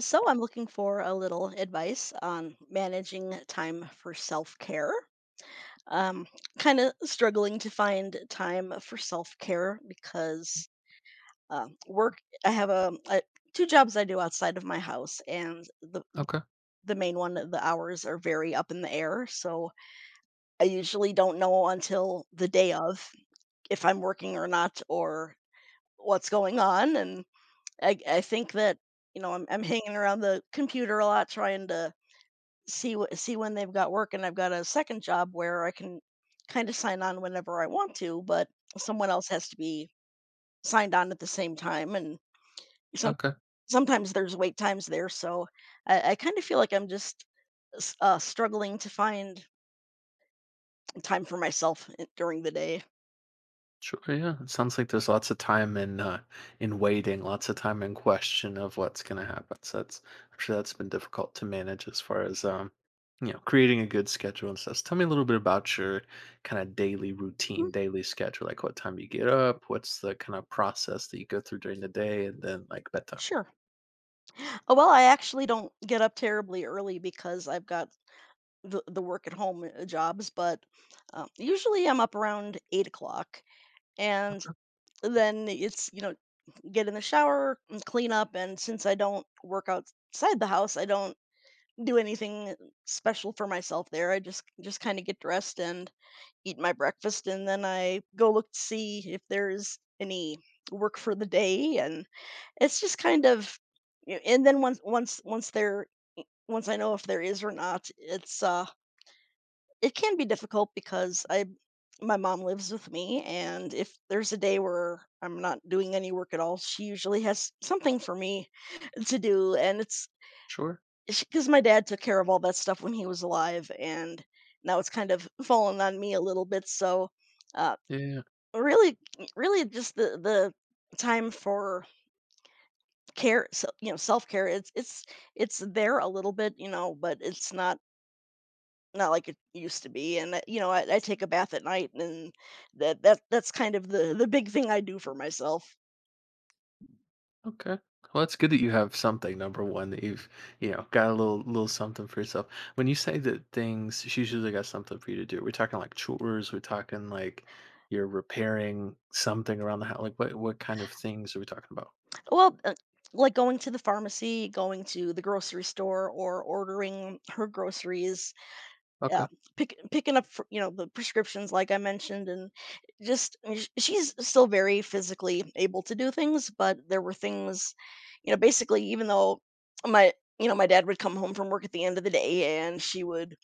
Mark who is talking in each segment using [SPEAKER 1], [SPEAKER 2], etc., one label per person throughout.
[SPEAKER 1] So I'm looking for a little advice on managing time for self-care. Um, kind of struggling to find time for self-care because work. I have a two jobs I do outside of my house, and the
[SPEAKER 2] Okay.
[SPEAKER 1] the main one, the hours are very up in the air. So I usually don't know until the day of if I'm working or not or what's going on. And I think that you know I'm hanging around the computer a lot trying to see when they've got work, and I've got a second job where I can kind of sign on whenever I want to, but someone else has to be signed on at the same time and some
[SPEAKER 2] Okay.
[SPEAKER 1] sometimes there's wait times there. So I kind of feel like I'm just struggling to find time for myself during the day.
[SPEAKER 2] Sure. Yeah. It sounds like there's lots of time in waiting, lots of time in question of what's going to happen. So that's I'm sure that's been difficult to manage as far as creating a good schedule and stuff. So tell me a little bit about your kind of daily routine,
[SPEAKER 1] Mhm.
[SPEAKER 2] daily schedule. Like what time you get up, what's the kind of process that you go through during the day, and then like bedtime.
[SPEAKER 1] Sure. Oh, well, I actually don't get up terribly early because I've got the work at home jobs, but usually I'm up around 8 o'clock. And then it's, get in the shower and clean up. And since I don't work outside the house, I don't do anything special for myself there. I just kind of get dressed and eat my breakfast, and then I go look to see if there's any work for the day. And it's just kind of, y- and then once I know if there is or not, it's it can be difficult because I my mom lives with me, and if there's a day where I'm not doing any work at all, she usually has something for me to do. And it's
[SPEAKER 2] Sure.
[SPEAKER 1] because my dad took care of all that stuff when he was alive, and now it's kind of fallen on me a little bit. So, uh,
[SPEAKER 2] Yeah.
[SPEAKER 1] really, just the time for care. So, you know, self care. It's it's there a little bit, you know, but it's not like it used to be. And you know, I take a bath at night, and that that's kind of the big thing I do for myself.
[SPEAKER 2] Okay. Well, it's good that you have something. Number one, that you've got a little something for yourself. When you say that things, she's usually got something for you to do. We're talking like chores. We're talking like you're repairing something around the house. Like what kind of things are we talking about?
[SPEAKER 1] Well, like going to the pharmacy, going to the grocery store, or ordering her groceries,
[SPEAKER 2] Okay.
[SPEAKER 1] yeah, picking up you know the prescriptions like I mentioned. And just I mean, she's still very physically able to do things, but there were things, you know, basically even though my you know my dad would come home from work at the end of the day, and she would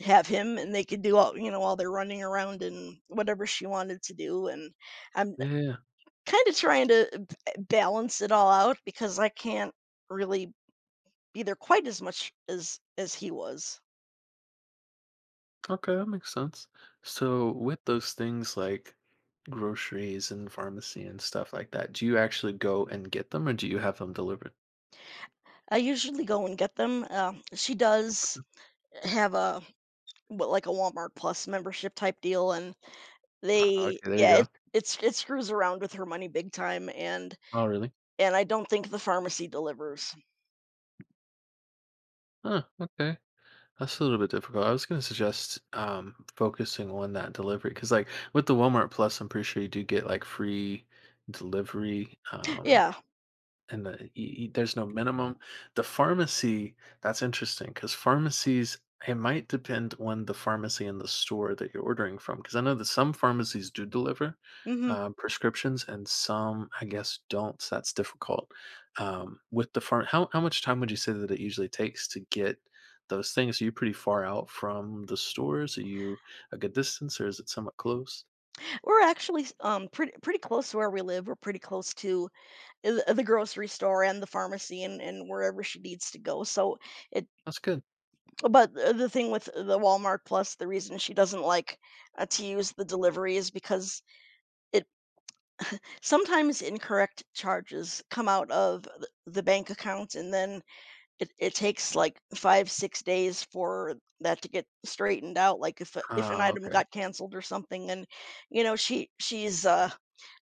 [SPEAKER 1] have him, and they could do all you know all their running around and whatever she wanted to do. And I'm
[SPEAKER 2] Yeah. Yeah.
[SPEAKER 1] kind of trying to balance it all out because I can't really be there quite as much as he was.
[SPEAKER 2] Okay, that makes sense. So with those things like groceries and pharmacy and stuff like that, do you actually go and get them, or do you have them delivered?
[SPEAKER 1] I usually go and get them. She does have a what like a Walmart Plus membership type deal, and
[SPEAKER 2] Ah,
[SPEAKER 1] they
[SPEAKER 2] okay, there you
[SPEAKER 1] yeah,
[SPEAKER 2] go.
[SPEAKER 1] it's it screws around with her money big time. and
[SPEAKER 2] Oh, really?
[SPEAKER 1] and I don't think the pharmacy delivers.
[SPEAKER 2] Huh. Okay. That's a little bit difficult. I was going to suggest focusing on that delivery because, like, with the Walmart Plus, I'm pretty sure you do get like free delivery.
[SPEAKER 1] Yeah.
[SPEAKER 2] And the, y y there's no minimum. The pharmacy, that's interesting, because pharmacies it might depend on the pharmacy and the store that you're ordering from. Because I know that some pharmacies do deliver,
[SPEAKER 1] Hmm.
[SPEAKER 2] prescriptions and some, I guess, don't, so that's difficult. With the farm, how much time would you say that it usually takes to get those things? Are you pretty far out from the stores? Are you a good distance, or is it somewhat close?
[SPEAKER 1] We're actually pretty close to where we live. We're pretty close to the grocery store and the pharmacy and wherever she needs to go. So it
[SPEAKER 2] That's good.
[SPEAKER 1] but the thing with the Walmart Plus, the reason she doesn't like to use the delivery is because it sometimes incorrect charges come out of the bank account, and then it takes like 5 6 days for that to get straightened out, like if if an
[SPEAKER 2] Ah,
[SPEAKER 1] item
[SPEAKER 2] okay.
[SPEAKER 1] got canceled or something. And you know she's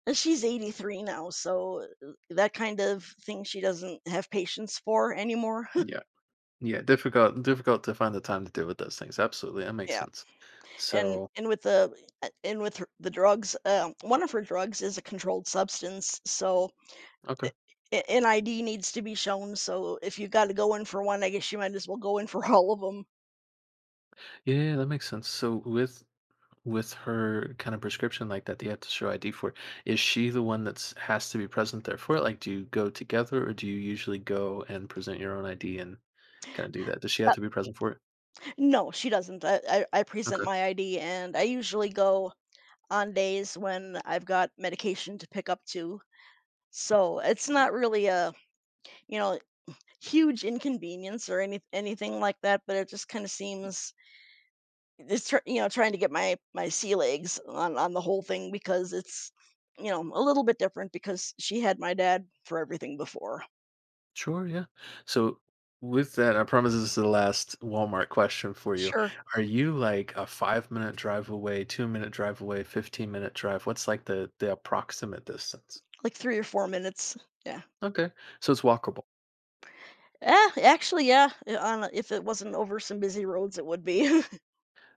[SPEAKER 1] and she's 83 now, so that kind of thing she doesn't have patience for anymore.
[SPEAKER 2] Yeah. Yeah, difficult to find the time to deal with those things. Absolutely, that makes
[SPEAKER 1] Yeah.
[SPEAKER 2] sense.
[SPEAKER 1] And
[SPEAKER 2] So,
[SPEAKER 1] and with the a and with her the drugs, one of her drugs is a controlled substance, so
[SPEAKER 2] okay.
[SPEAKER 1] a a an ID needs to be shown, so if you gotta go in for one, I guess you might as well go in for all of 'em.
[SPEAKER 2] Yeah, yeah, that makes sense. So with her kind of prescription like that, that you have to show ID for, is she the one that's has to be present there for it? Like, do you go together or do you usually go and present your own ID and kind of do that? Does she have
[SPEAKER 1] Uh,
[SPEAKER 2] to be present for it?
[SPEAKER 1] no, she doesn't. I present
[SPEAKER 2] Okay.
[SPEAKER 1] my ID, and I usually go on days when I've got medication to pick up too, so it's not really a, you know, huge inconvenience or anything like that. But it just kinda seems it's tr you know, trying to get my sea legs on the whole thing, because it's, you know, a little bit different because she had my dad for everything before.
[SPEAKER 2] Sure, yeah. So with that, I promise this is the last Walmart question for you.
[SPEAKER 1] Sure.
[SPEAKER 2] Are you like a 5 minute drive away, 2 minute drive away, 15-minute drive? What's like the approximate distance?
[SPEAKER 1] Like 3 or 4 minutes. Yeah.
[SPEAKER 2] Okay. So it's walkable.
[SPEAKER 1] Yeah, actually, yeah, if it wasn't over some busy roads, it would be.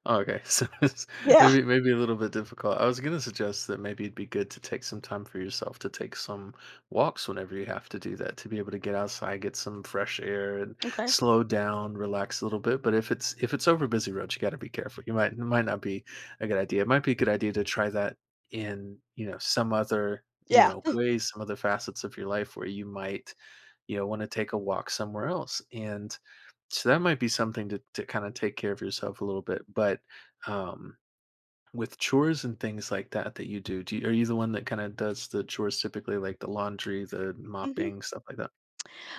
[SPEAKER 2] Oh, okay. So it's
[SPEAKER 1] Yeah.
[SPEAKER 2] maybe a little bit difficult. I was gonna suggest that maybe it'd be good to take some time for yourself to take some walks whenever you have to do that, to be able to get outside, get some fresh air and
[SPEAKER 1] Okay.
[SPEAKER 2] slow down, relax a little bit. But if it's over busy roads, you gotta be careful. You might it might not be a good idea. It might be a good idea to try that in, you know, some other, you
[SPEAKER 1] Yeah.
[SPEAKER 2] know, ways, some other facets of your life where you might you know, want to take a walk somewhere else. And so that might be something to kind of take care of yourself a little bit. But um, with chores and things like that that you do, do you, are you the one that kind of does the chores typically, like the laundry, the
[SPEAKER 1] Mhm.
[SPEAKER 2] mopping, stuff like that?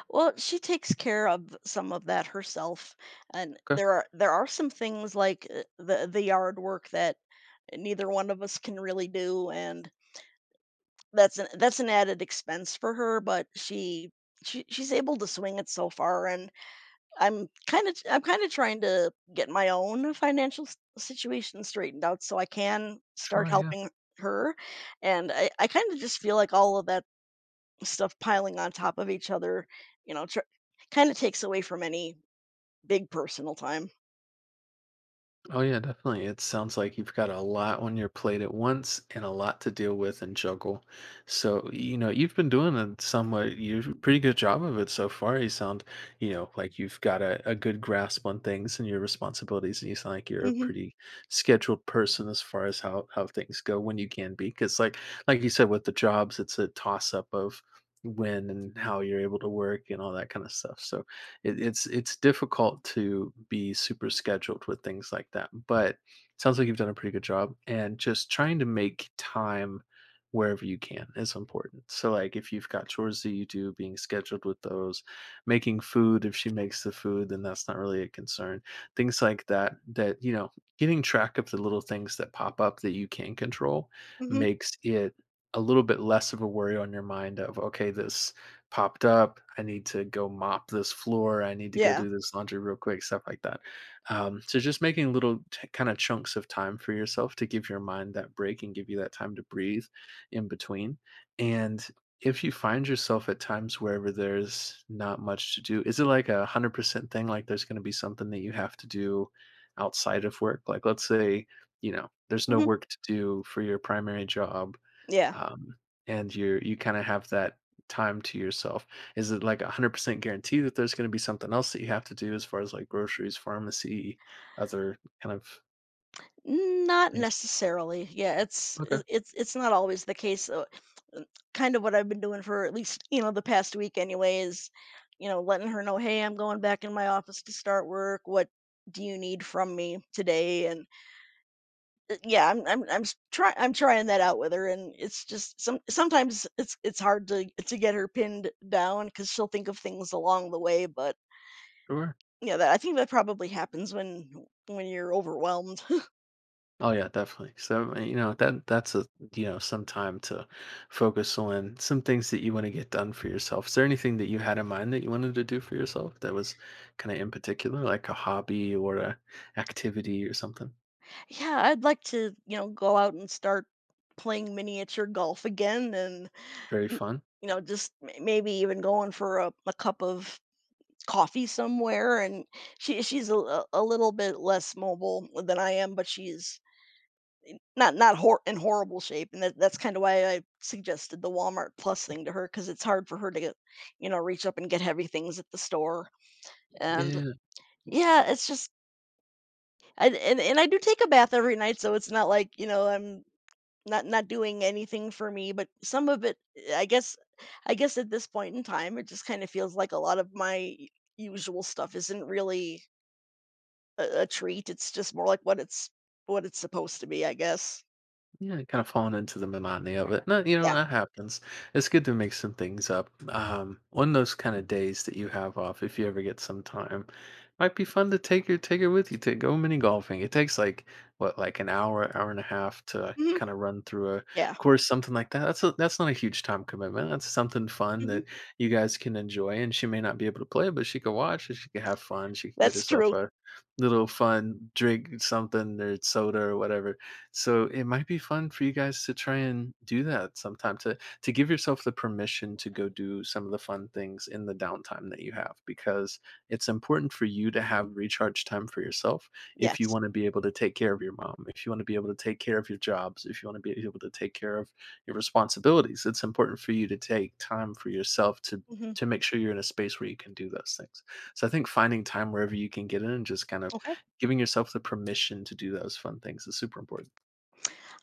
[SPEAKER 1] Well, she takes care of some of that herself, and
[SPEAKER 2] Okay,
[SPEAKER 1] there are some things like, the yard work that neither one of us can really do. And that's an added expense for her, but she's able to swing it so far. And I'm kind of trying to get my own financial situation straightened out so I can start
[SPEAKER 2] sure, yeah.
[SPEAKER 1] helping her. And I kind of just feel like all of that stuff piling on top of each other, you know tr- kind of takes away from any big personal time.
[SPEAKER 2] Oh yeah, definitely. It sounds like you've got a lot on your plate at once and a lot to deal with and juggle. So, you know, you've been doing a somewhat you pretty good job of it so far. You sound, you know, like you've got a good grasp on things and your responsibilities, and you sound like you're a
[SPEAKER 1] Hmm.
[SPEAKER 2] pretty scheduled person as far as how things go when you can be. Because like you said with the jobs, it's a toss up of when and how you're able to work and all that kind of stuff. So it, it's difficult to be super scheduled with things like that. But sounds like you've done a pretty good job, and just trying to make time wherever you can is important. So like if you've got chores that you do, being scheduled with those, making food if she makes the food, then that's not really a concern. Things like that getting track of the little things that pop up that you can control
[SPEAKER 1] Hmm.
[SPEAKER 2] makes it a little bit less of a worry on your mind of okay this popped up. I need to go mop this floor. I need to go
[SPEAKER 1] Yeah.
[SPEAKER 2] do this laundry real quick, stuff like that. So just making little kind of chunks of time for yourself to give your mind that break and give you that time to breathe in between. And if you find yourself at times wherever there's not much to do, is it like 100% thing? Like there's going to be something that you have to do outside of work? Like let's say, you know, there's no
[SPEAKER 1] Hmm.
[SPEAKER 2] work to do for your primary job
[SPEAKER 1] Yeah.
[SPEAKER 2] um, and you're you kinda have that time to yourself. Is it, like, 100% guarantee that there's gonna be something else that you have to do as far as, like, groceries, pharmacy, other kind of
[SPEAKER 1] Not
[SPEAKER 2] things?
[SPEAKER 1] necessarily. Yeah, it's
[SPEAKER 2] Okay,
[SPEAKER 1] it's not always the case. So, uh, kind of what I've been doing for at least you know the past week anyway is, you know, letting her know, hey, I'm going back in my office to start work. What do you need from me today? And yeah, I'm trying that out with her, and it's just sometimes it's hard to get her pinned down because she'll think of things along the way. But
[SPEAKER 2] sure.
[SPEAKER 1] yeah, that I think that probably happens when you're overwhelmed.
[SPEAKER 2] Oh, yeah, definitely. So, you know, that that's a you know, some time to focus on some things that you wanna get done for yourself. Is there anything that you had in mind that you wanted to do for yourself that was kinda in particular, like a hobby or a activity or something
[SPEAKER 1] Yeah, I'd like to, you know, go out and start playing miniature golf again. And,
[SPEAKER 2] very
[SPEAKER 1] you
[SPEAKER 2] fun?
[SPEAKER 1] you know, just maybe even going for a cup of coffee somewhere. And she's a little bit less mobile than I am, but she's not hor- in horrible shape. And that's kind of why I suggested the Walmart Plus thing to her, because it's hard for her to get, you know, reach up and get heavy things at the store. And
[SPEAKER 2] Yeah.
[SPEAKER 1] yeah, it's just and I do take a bath every night, so it's not like you know I'm not doing anything for me. But some of it, I guess at this point in time, it just kind of feels like a lot of my usual stuff isn't really a treat. It's just more like what it's supposed to be, I guess.
[SPEAKER 2] Yeah, kind of falling into the monotony of it. No, you know,
[SPEAKER 1] Yeah.
[SPEAKER 2] that happens. It's good to make some things up. One of those kind of days that you have off, if you ever get some time, might be fun to take your take her with you to go mini golfing. It takes like what, like an hour, hour and a half to
[SPEAKER 1] Hmm.
[SPEAKER 2] kind of run through a
[SPEAKER 1] Yeah.
[SPEAKER 2] course, something like that. That's a, that's not a huge time commitment. That's something fun
[SPEAKER 1] Hmm.
[SPEAKER 2] that you guys can enjoy. And she may not be able to play, but she could watch and she could have fun. She could get
[SPEAKER 1] That's
[SPEAKER 2] herself
[SPEAKER 1] true.
[SPEAKER 2] a little fun drink, something or soda or whatever so it might be fun for you guys to try and do that sometime to give yourself the permission to go do some of the fun things in the downtime that you have because it's important for you to have recharge time for yourself if you
[SPEAKER 1] Yes.
[SPEAKER 2] want to be able to take care of your mom, if you want to be able to take care of your jobs, if you want to be able to take care of your responsibilities. It's important for you to take time for yourself
[SPEAKER 1] Hmm.
[SPEAKER 2] to make sure you're in a space where you can do those things. So I think finding time wherever you can get in and just kind of
[SPEAKER 1] Okay.
[SPEAKER 2] giving yourself the permission to do those fun things is super important.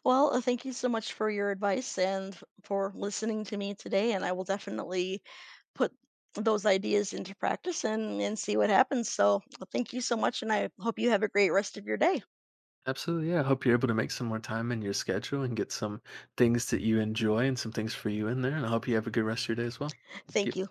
[SPEAKER 1] Well, thank you so much for your advice and for listening to me today. And I will definitely put those ideas into practice and see what happens. So thank you so much. And I hope you have a great rest of your day.
[SPEAKER 2] Absolutely, yeah. I hope you're able to make some more time in your schedule and get some things that you enjoy and some things for you in there. And I hope you have a good rest of your day as well. Thank
[SPEAKER 1] Thank
[SPEAKER 2] you.
[SPEAKER 1] you.